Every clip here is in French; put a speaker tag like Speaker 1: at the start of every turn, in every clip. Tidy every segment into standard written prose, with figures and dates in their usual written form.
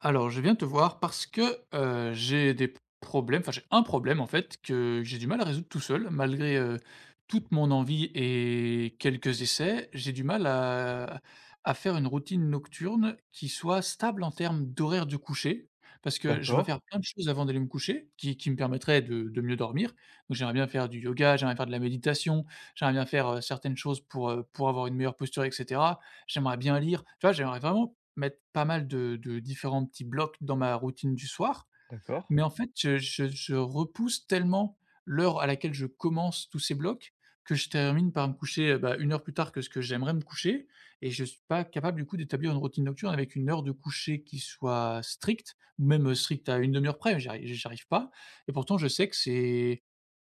Speaker 1: Alors, je viens te voir parce que, j'ai des problèmes, enfin j'ai un problème en fait que j'ai du mal à résoudre tout seul malgré, toute mon envie et quelques essais. J'ai du mal à faire une routine nocturne qui soit stable en termes d'horaire de coucher. Parce que je veux
Speaker 2: D'accord,
Speaker 1: faire plein de choses avant d'aller me coucher qui me permettraient de mieux dormir. Donc j'aimerais bien faire du yoga, j'aimerais faire de la méditation, j'aimerais bien faire, certaines choses pour, pour avoir une meilleure posture et cetera. J'aimerais bien lire, tu vois? J'aimerais vraiment mettre pas mal de différents petits blocs dans ma routine du soir,
Speaker 2: d'accord.
Speaker 1: mais en fait, je repousse tellement l'heure à laquelle je commence tous ces blocs que je termine par me coucher, bah, 1 heure plus tard que ce que j'aimerais me coucher, et je suis pas capable, du coup, d'établir une routine nocturne avec une heure de coucher qui soit stricte, ou même, stricte à une demi heure près, j'arrive arri pas, et pourtant je sais que c'est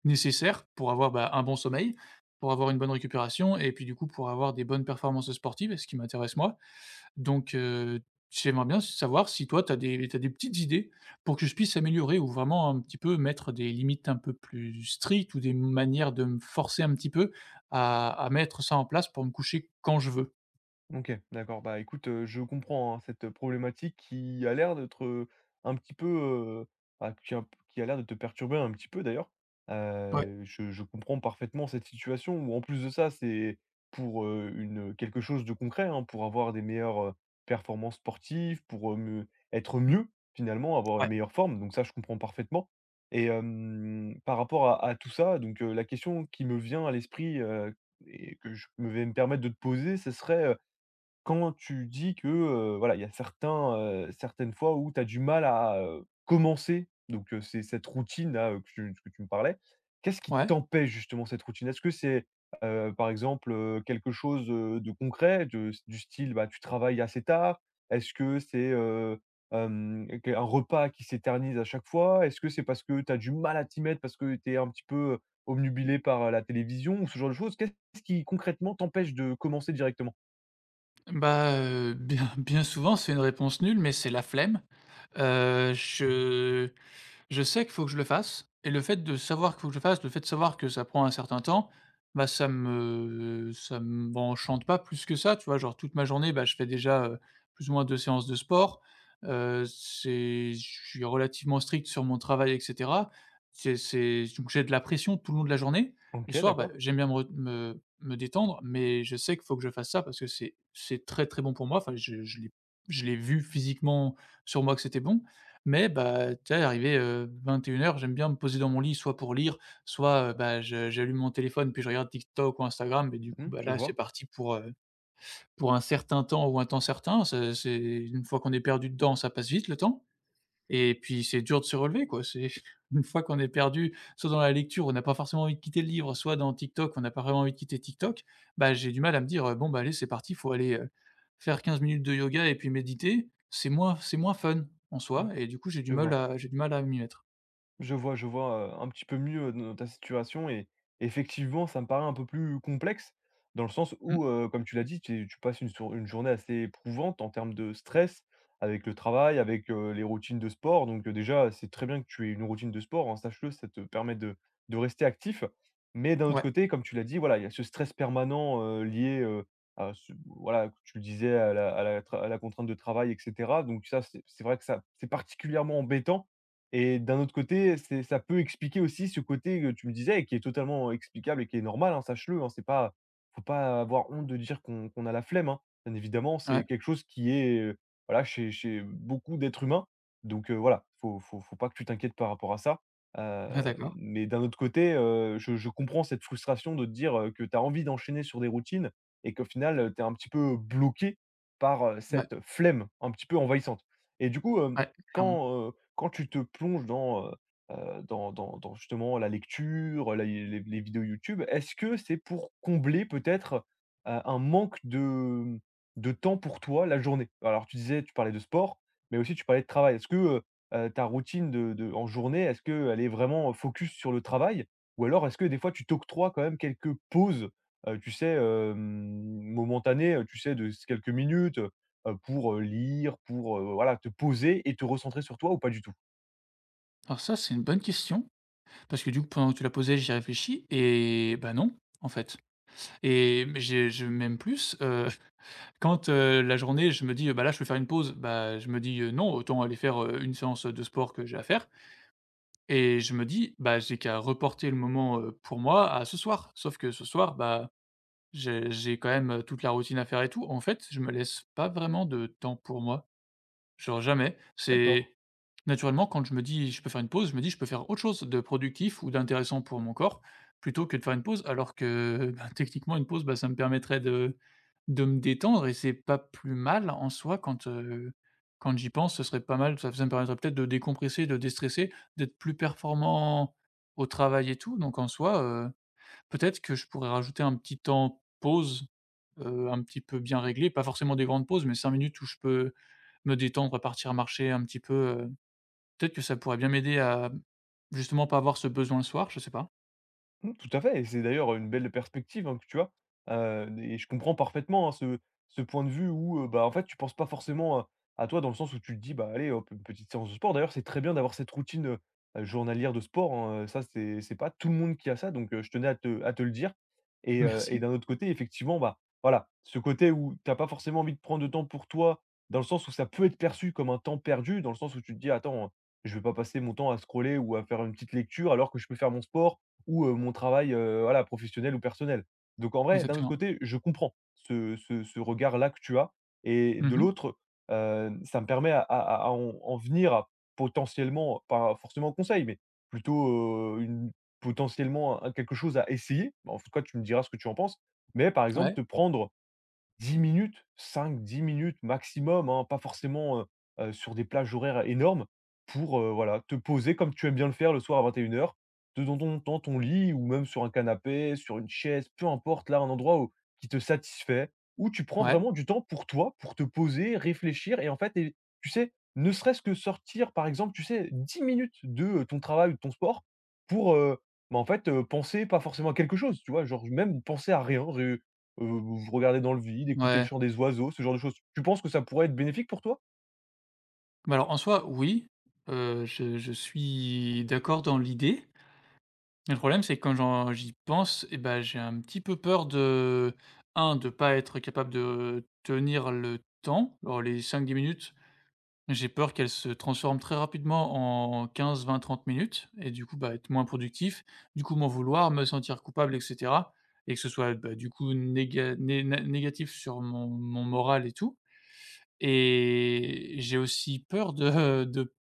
Speaker 1: nécessaire pour avoir, bah, un bon sommeil, pour avoir une bonne récupération et puis, du coup, pour avoir des bonnes performances sportives, ce qui m'intéresse moi. Donc, j'aimerais bien savoir si toi tu as des t'as des petites idées pour que je puisse améliorer ou vraiment un petit peu mettre des limites un peu plus strictes ou des manières de me forcer un petit peu à mettre ça en place pour me coucher quand je veux?
Speaker 2: OK, d'accord. Bah, écoute, je comprends, hein, cette problématique qui a l'air d'être, un petit peu, bah, qui a l'air de te perturber un petit peu d'ailleurs.
Speaker 1: Ouais.
Speaker 2: Je comprends parfaitement cette situation où en plus de ça, c'est pour, une, quelque chose de concret, hein, pour avoir des meilleures, performances sportives, pour, me être
Speaker 1: Mmh.
Speaker 2: mieux finalement, avoir une
Speaker 1: Ouais,
Speaker 2: meilleure forme. Donc ça, je comprends parfaitement et hem, par rapport à tout ça, donc la question qui me vient à l'esprit, et que je me vais me permettre de te poser, ce serait, quand tu dis que, voilà, il y a certains, certaines fois où tu as du mal à, commencer, donc c'est cette routine-là, que tu me parlais. Qu'est-ce qui
Speaker 1: ouais.
Speaker 2: t'empêche justement cette routine? Est-ce que c'est, par exemple, quelque chose, de concret de du style, bah, tu travailles assez tard? Est-ce que c'est, hem, qu un repas qui s'éternise à chaque fois? Est-ce que c'est parce que tu as du mal à t'y mettre parce que tu es un petit peu, obnubilé par, la télévision ou ce genre de choses? Qu'est-ce qui concrètement t'empêche de commencer directement?
Speaker 1: Bah, bien souvent, c'est une réponse nulle, mais c'est la flemme. Heu, je Je sais qu'il faut que je le fasse et le fait de savoir qu'il faut que je le fasse, le fait de savoir que ça prend un certain temps, bah, ça m'enchante pas plus que ça, tu vois? Genre toute ma journée, bah, je fais déjà, plus ou moins 2 séances de sport, c'est je suis relativement strict sur mon travail et cetera. C'est Donc j'ai de la pression tout le long de la journée. Le
Speaker 2: OK,
Speaker 1: soir, bah,
Speaker 2: d'accord.
Speaker 1: j'aime bien me re me me détendre, mais je sais qu'il faut que je fasse ça parce que c'est très, très bon pour moi. Enfin, je l'ai vu physiquement sur moi que c'était bon, mais bah, tu sais, arrivé, heures. J'aime bien me poser dans mon lit, soit pour lire, soit, bah, je j'allume mon téléphone, puis je regarde TikTok ou Instagram et du coup,
Speaker 2: Mmh,
Speaker 1: bah,
Speaker 2: je
Speaker 1: là, c'est
Speaker 2: vois.
Speaker 1: parti pour, pour un certain temps ou un temps certain. C'est une fois qu'on est perdu dedans, ça passe vite le temps. Et puis c'est dur de se relever quoi, c'est une fois qu'on est perdu, soit dans la lecture, on n'a pas forcément envie de quitter le livre, soit dans TikTok, on n'a pas vraiment envie de quitter TikTok. Bah, j'ai du mal à me dire, «Bon bah allez c'est parti, faut aller, faire 15 minutes de yoga et puis méditer». C'est moins fun en soi
Speaker 2: Mmh,
Speaker 1: et du coup
Speaker 2: je vois.
Speaker 1: j'ai du mal à m'y mettre.
Speaker 2: Je vois, je vois, un petit peu mieux, dans ta situation et effectivement, ça me paraît un peu plus complexe dans le sens
Speaker 1: Mmh.
Speaker 2: où, comme tu l'as dit, tu tu passes une sour une journée assez éprouvante en termes de stress avec le travail, avec, les routines de sport. Donc, déjà, c'est très bien que tu aies une routine de sport, hein, sache-le, ça te permet de rester actif. Mais d'un autre
Speaker 1: Ouais,
Speaker 2: côté, comme tu l'as dit, voilà, il y a ce stress permanent, lié, à ce voilà, tu le disais à la tra à la contrainte de travail et cetera. Donc ça, c'est vrai que ça c'est particulièrement embêtant et d'un autre côté, c'est ça peut expliquer aussi ce côté que tu me disais et qui est totalement explicable et qui est normal, hein, sache-le, hein, c'est pas faut pas avoir honte de dire qu'on a la flemme, hein. Bien évidemment, c'est
Speaker 1: ouais,
Speaker 2: quelque chose qui est, voilà, chez beaucoup d'êtres humains, donc voilà, faut pas que tu t'inquiètes par rapport à ça.
Speaker 1: ouais,
Speaker 2: Hem,
Speaker 1: d'accord.
Speaker 2: mais d'un autre côté, je comprends cette frustration de te dire, que tu as envie d'enchaîner sur des routines et qu'au final, tu es un petit peu bloqué par,
Speaker 1: Ouais,
Speaker 2: cette flemme un petit peu envahissante. Et du coup, hem,
Speaker 1: ouais, clairement.
Speaker 2: quand, quand tu te plonges dans, dans dans justement la lecture, la les vidéos YouTube, est-ce que c'est pour combler peut-être, un manque de, mmh, de temps pour toi la journée? Alors tu disais tu parlais de sport, mais aussi tu parlais de travail. Est-ce que, ta routine de en journée, est-ce qu'elle est vraiment focus sur le travail? Ou alors est-ce que des fois tu t'octroies quand même quelques pauses, tu sais, hem, momentanées, tu sais de quelques minutes, pour, lire, pour, voilà te poser et te recentrer sur toi ou pas du tout?
Speaker 1: Alors ça c'est une bonne question, parce que du coup pendant que tu la posais, j'y réfléchis et bah non, en fait. Mais j'ai je même plus, heu. Quand, la journée, je me dis: «Bah, là, je peux faire une pause», bah, je me dis: non, autant aller faire, une séance, de sport que j'ai à faire», et je me dis: «Bah, j'ai qu'à reporter le moment, pour moi à ce soir». Sauf que ce soir, bah, j'ai quand même, toute la routine à faire et tout. En fait, je me laisse pas vraiment de temps pour moi. Genre jamais.
Speaker 2: D'accord.
Speaker 1: C'est Naturellement, quand je me dis: «Je peux faire une pause», je me dis: «Je peux faire autre chose de productif ou d'intéressant pour mon corps», plutôt que de faire une pause. Alors que, ben, techniquement, une pause, bah, ça me permettrait de me détendre et c'est pas plus mal en soi quand, quand j'y pense, ce serait pas mal. Ça me permettrait peut-être de décompresser, de déstresser, d'être plus performant au travail et tout. Donc en soi, peut-être que je pourrais rajouter un petit temps pause, un petit peu bien réglé, pas forcément des grandes pauses, mais 5 minutes où je peux me détendre, partir marcher un petit peu, heu, peut-être que ça pourrait bien m'aider à, justement, pas avoir ce besoin le soir, je sais pas?
Speaker 2: Mmh, tout à fait et c'est d'ailleurs une belle perspective, hein, que tu as, et je comprends parfaitement, hein, ce ce point de vue où, bah, en fait, tu penses pas forcément, à toi dans le sens où tu te dis: «Bah, allez hop, une petite séance de sport». D'ailleurs, c'est très bien d'avoir cette routine, journalière de sport, hein, ça, c'est pas tout le monde qui a ça donc je tenais à te le dire et
Speaker 1: Merci,
Speaker 2: d'un autre côté, effectivement, bah, voilà, ce côté où tu as pas forcément envie de prendre de temps pour toi, dans le sens où ça peut être perçu comme un temps perdu, dans le sens où tu te dis: «Attends, je vais pas passer mon temps à scroller ou à faire une petite lecture alors que je peux faire mon sport, ou mon travail, voilà, professionnel ou personnel». Donc en vrai, d'un autre
Speaker 1: exactement.
Speaker 2: côté, je comprends ce regard-là que tu as et de
Speaker 1: Mmh.
Speaker 2: l'autre, ça me permet à à en en venir à potentiellement, pas forcément conseil, mais plutôt, une potentiellement, quelque chose à essayer. Bah, en tout cas, tu me diras ce que tu en penses, mais par exemple
Speaker 1: Ouais,
Speaker 2: te prendre 10 minutes, cinq dix minutes maximum, hein, pas forcément, sur des plages horaires énormes pour, voilà, te poser comme tu aimes bien le faire le soir à 21:00, de dans ton lit ou même sur un canapé, sur une chaise, peu importe, là, un endroit où qui te satisfait, où tu prends
Speaker 1: ouais,
Speaker 2: vraiment du temps pour toi, pour te poser, réfléchir et en fait et tu sais, ne serait-ce que sortir, par exemple, tu sais, 10 minutes de, ton travail ou de ton sport pour, bah, en fait, penser pas forcément à quelque chose, tu vois? Genre, même penser à rien, vous regardez dans le vide, écouter le
Speaker 1: ouais.
Speaker 2: chant des oiseaux, ce genre de choses. Tu penses que ça pourrait être bénéfique pour toi?
Speaker 1: Bah, alors en soi, oui, je suis d'accord dans l'idée, mais le problème, c'est que quand j'y pense et ben j'ai un petit peu peur de un de pas être capable de tenir le temps. Alors les cinq dix minutes, j'ai peur qu'elles se transforment très rapidement en quinze vingt trente minutes et du coup, bah, être moins productif, du coup m'en vouloir, me sentir coupable et cetera, et que ce soit, bah, du coup néga né né négatif sur mon moral et tout, et j'ai aussi peur de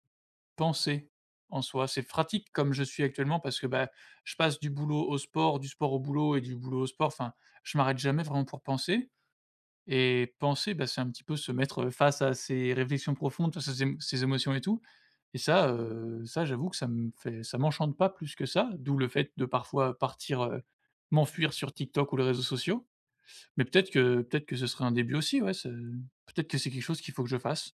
Speaker 1: penser en soi. C'est pratique comme je suis actuellement parce que, bah, je passe du boulot au sport, du sport au boulot et du boulot au sport. Enfin, je m'arrête jamais vraiment pour penser, et penser, bah, c'est un petit peu se mettre face à ses réflexions profondes, face à ses émotions et tout, et ça, ça j'avoue que ça me fait ça m'enchante pas plus que ça, d'où le fait de parfois partir, m'enfuir sur TikTok ou les réseaux sociaux. Mais peut-être que ce serait un début aussi, ouais, ce peut-être que c'est quelque chose qu'il faut que je fasse.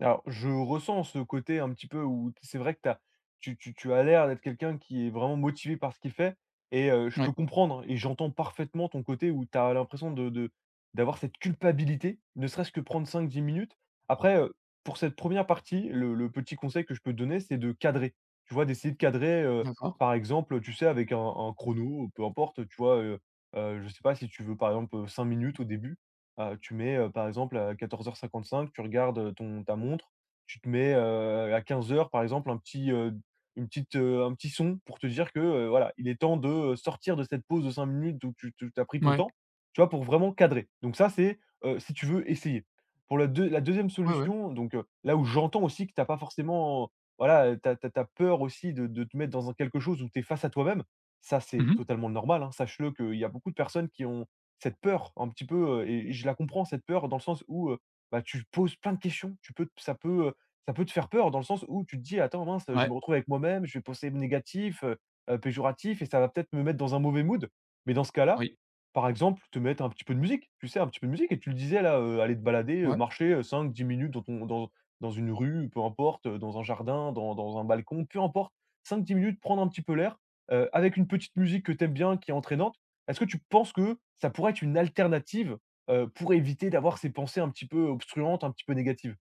Speaker 2: Alors, je ressens ce côté un petit peu où c'est vrai que t'as tu as l'air d'être quelqu'un qui est vraiment motivé par ce qu'il fait et je
Speaker 1: Ouais,
Speaker 2: peux comprendre et j'entends parfaitement ton côté où tu as l'impression de d'avoir cette culpabilité, ne serait-ce que prendre cinq dix minutes. Après, pour cette première partie, le petit conseil que je peux te donner, c'est de cadrer. Tu vois? D'essayer de cadrer,
Speaker 1: d'accord.
Speaker 2: par exemple, tu sais, avec un chrono, peu importe, tu vois? Je sais pas si tu veux, par exemple, cinq minutes au début. Tu mets, par exemple à 14:55, tu regardes, ton ta montre, tu te mets, à 15:00 par exemple un petit, une petite, un petit son pour te dire que, voilà, il est temps de, sortir de cette pause de 5 minutes où tu tu as pris ton
Speaker 1: Ouais,
Speaker 2: temps, tu vois? Pour vraiment cadrer. Donc ça c'est, si tu veux essayer. Pour la deux la deuxième
Speaker 1: ouais, ouais.
Speaker 2: solution, donc là où j'entends aussi que tu as pas forcément, voilà, tu as peur aussi de te mettre dans un quelque chose où tu es face à toi-même. Ça c'est
Speaker 1: Mmh.
Speaker 2: totalement normal, hein. Sache-le qu'il y a beaucoup de personnes qui ont cette peur un petit peu, et je la comprends cette peur dans le sens où, bah, tu poses plein de questions, tu peux ça peut te faire peur dans le sens où tu te dis: «Attends mince, je
Speaker 1: Ouais,
Speaker 2: me retrouve avec moi-même, je vais penser négatif, péjoratif et ça va peut-être me mettre dans un mauvais mood». Mais dans ce cas-là,
Speaker 1: oui.
Speaker 2: par exemple, te mettre un petit peu de musique, tu sais? Un petit peu de musique et tu le disais là, aller te balader,
Speaker 1: Ouais,
Speaker 2: marcher, cinq dix minutes dans ton dans dans une rue, peu importe, dans un jardin, dans dans un balcon, peu importe. Cinq dix minutes, prendre un petit peu l'air, avec une petite musique que tu aimes bien qui est entraînante. Est-ce que tu penses que ça pourrait être une alternative, pour éviter d'avoir ces pensées un petit peu obstruantes, un petit peu négatives?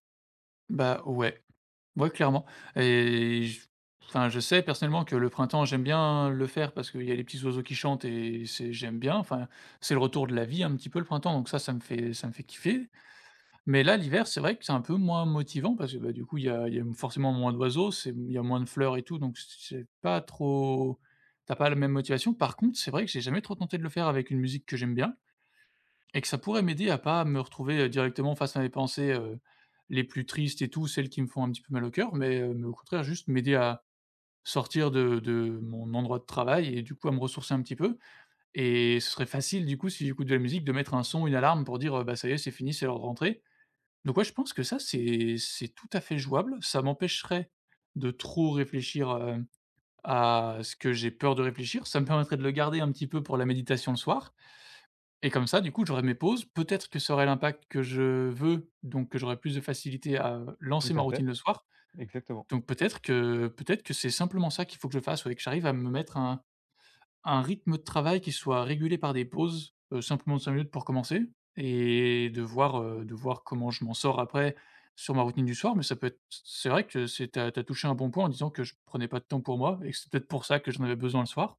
Speaker 1: bah, ouais. Ouais, clairement. Et j enfin, je sais personnellement que le printemps, j'aime bien le faire parce qu'il y a les petits oiseaux qui chantent, et c'est j'aime bien, enfin, c'est le retour de la vie un petit peu le printemps, donc ça, ça me fait kiffer. Mais là, l'hiver, c'est vrai que c'est un peu moins motivant parce que, bah, du coup, il y a forcément moins d'oiseaux, c'est il y a moins de fleurs et tout, donc c'est pas trop. T'as pas la même motivation. Par contre, c'est vrai que j'ai jamais trop tenté de le faire avec une musique que j'aime bien. Et que ça pourrait m'aider à pas me retrouver, directement face à mes pensées, les plus tristes et tout, celles qui me font un petit peu mal au cœur, mais au contraire juste m'aider à sortir de mon endroit de travail et du coup à me ressourcer un petit peu, et ce serait facile du coup si j'écoute de la musique de mettre un son, une alarme pour dire, «Bah, ça y est, c'est fini, c'est l'heure de rentrer». Donc ouais, je pense que ça c'est tout à fait jouable. Ça m'empêcherait de trop réfléchir, à ce que j'ai peur de réfléchir. Ça me permettrait de le garder un petit peu pour la méditation le soir, et comme ça, du coup, j'aurais mes pauses. Peut-être que ça aurait l'impact que je veux, donc que j'aurais plus de facilité à
Speaker 2: Tout
Speaker 1: lancer ma
Speaker 2: à fait,
Speaker 1: routine le soir.
Speaker 2: exactement.
Speaker 1: Donc peut-être que c'est simplement ça qu'il faut que je fasse, ouais, que j'arrive à me mettre un rythme de travail qui soit régulé par des pauses, simplement de 5 minutes pour commencer et de voir comment je m'en sors après sur ma routine du soir. Mais ça peut être, c'est vrai que c'est tu as touché un bon point en disant que je prenais pas de temps pour moi et que c'est peut-être pour ça que j'en avais besoin le soir.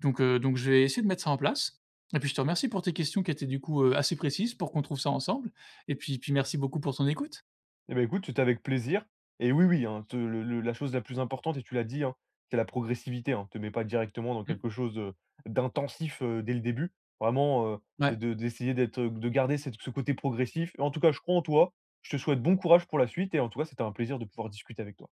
Speaker 1: Donc je vais essayer de mettre ça en place, et puis je te remercie pour tes questions qui étaient du coup, assez précises pour qu'on trouve ça ensemble, et puis merci beaucoup pour ton écoute.
Speaker 2: Et ben écoute, c'était avec plaisir et oui, oui, hein, te le la chose la plus importante et tu l'as dit, hein, c'est la progressivité, hein. Te mets pas directement dans
Speaker 1: Mmh.
Speaker 2: quelque chose, d'intensif, dès le début. Vraiment,
Speaker 1: Ouais.
Speaker 2: de d'essayer d'être, de garder cette ce côté progressif. En tout cas, je crois en toi. Je te souhaite bon courage pour la suite et en tout cas, c'était un plaisir de pouvoir discuter avec toi.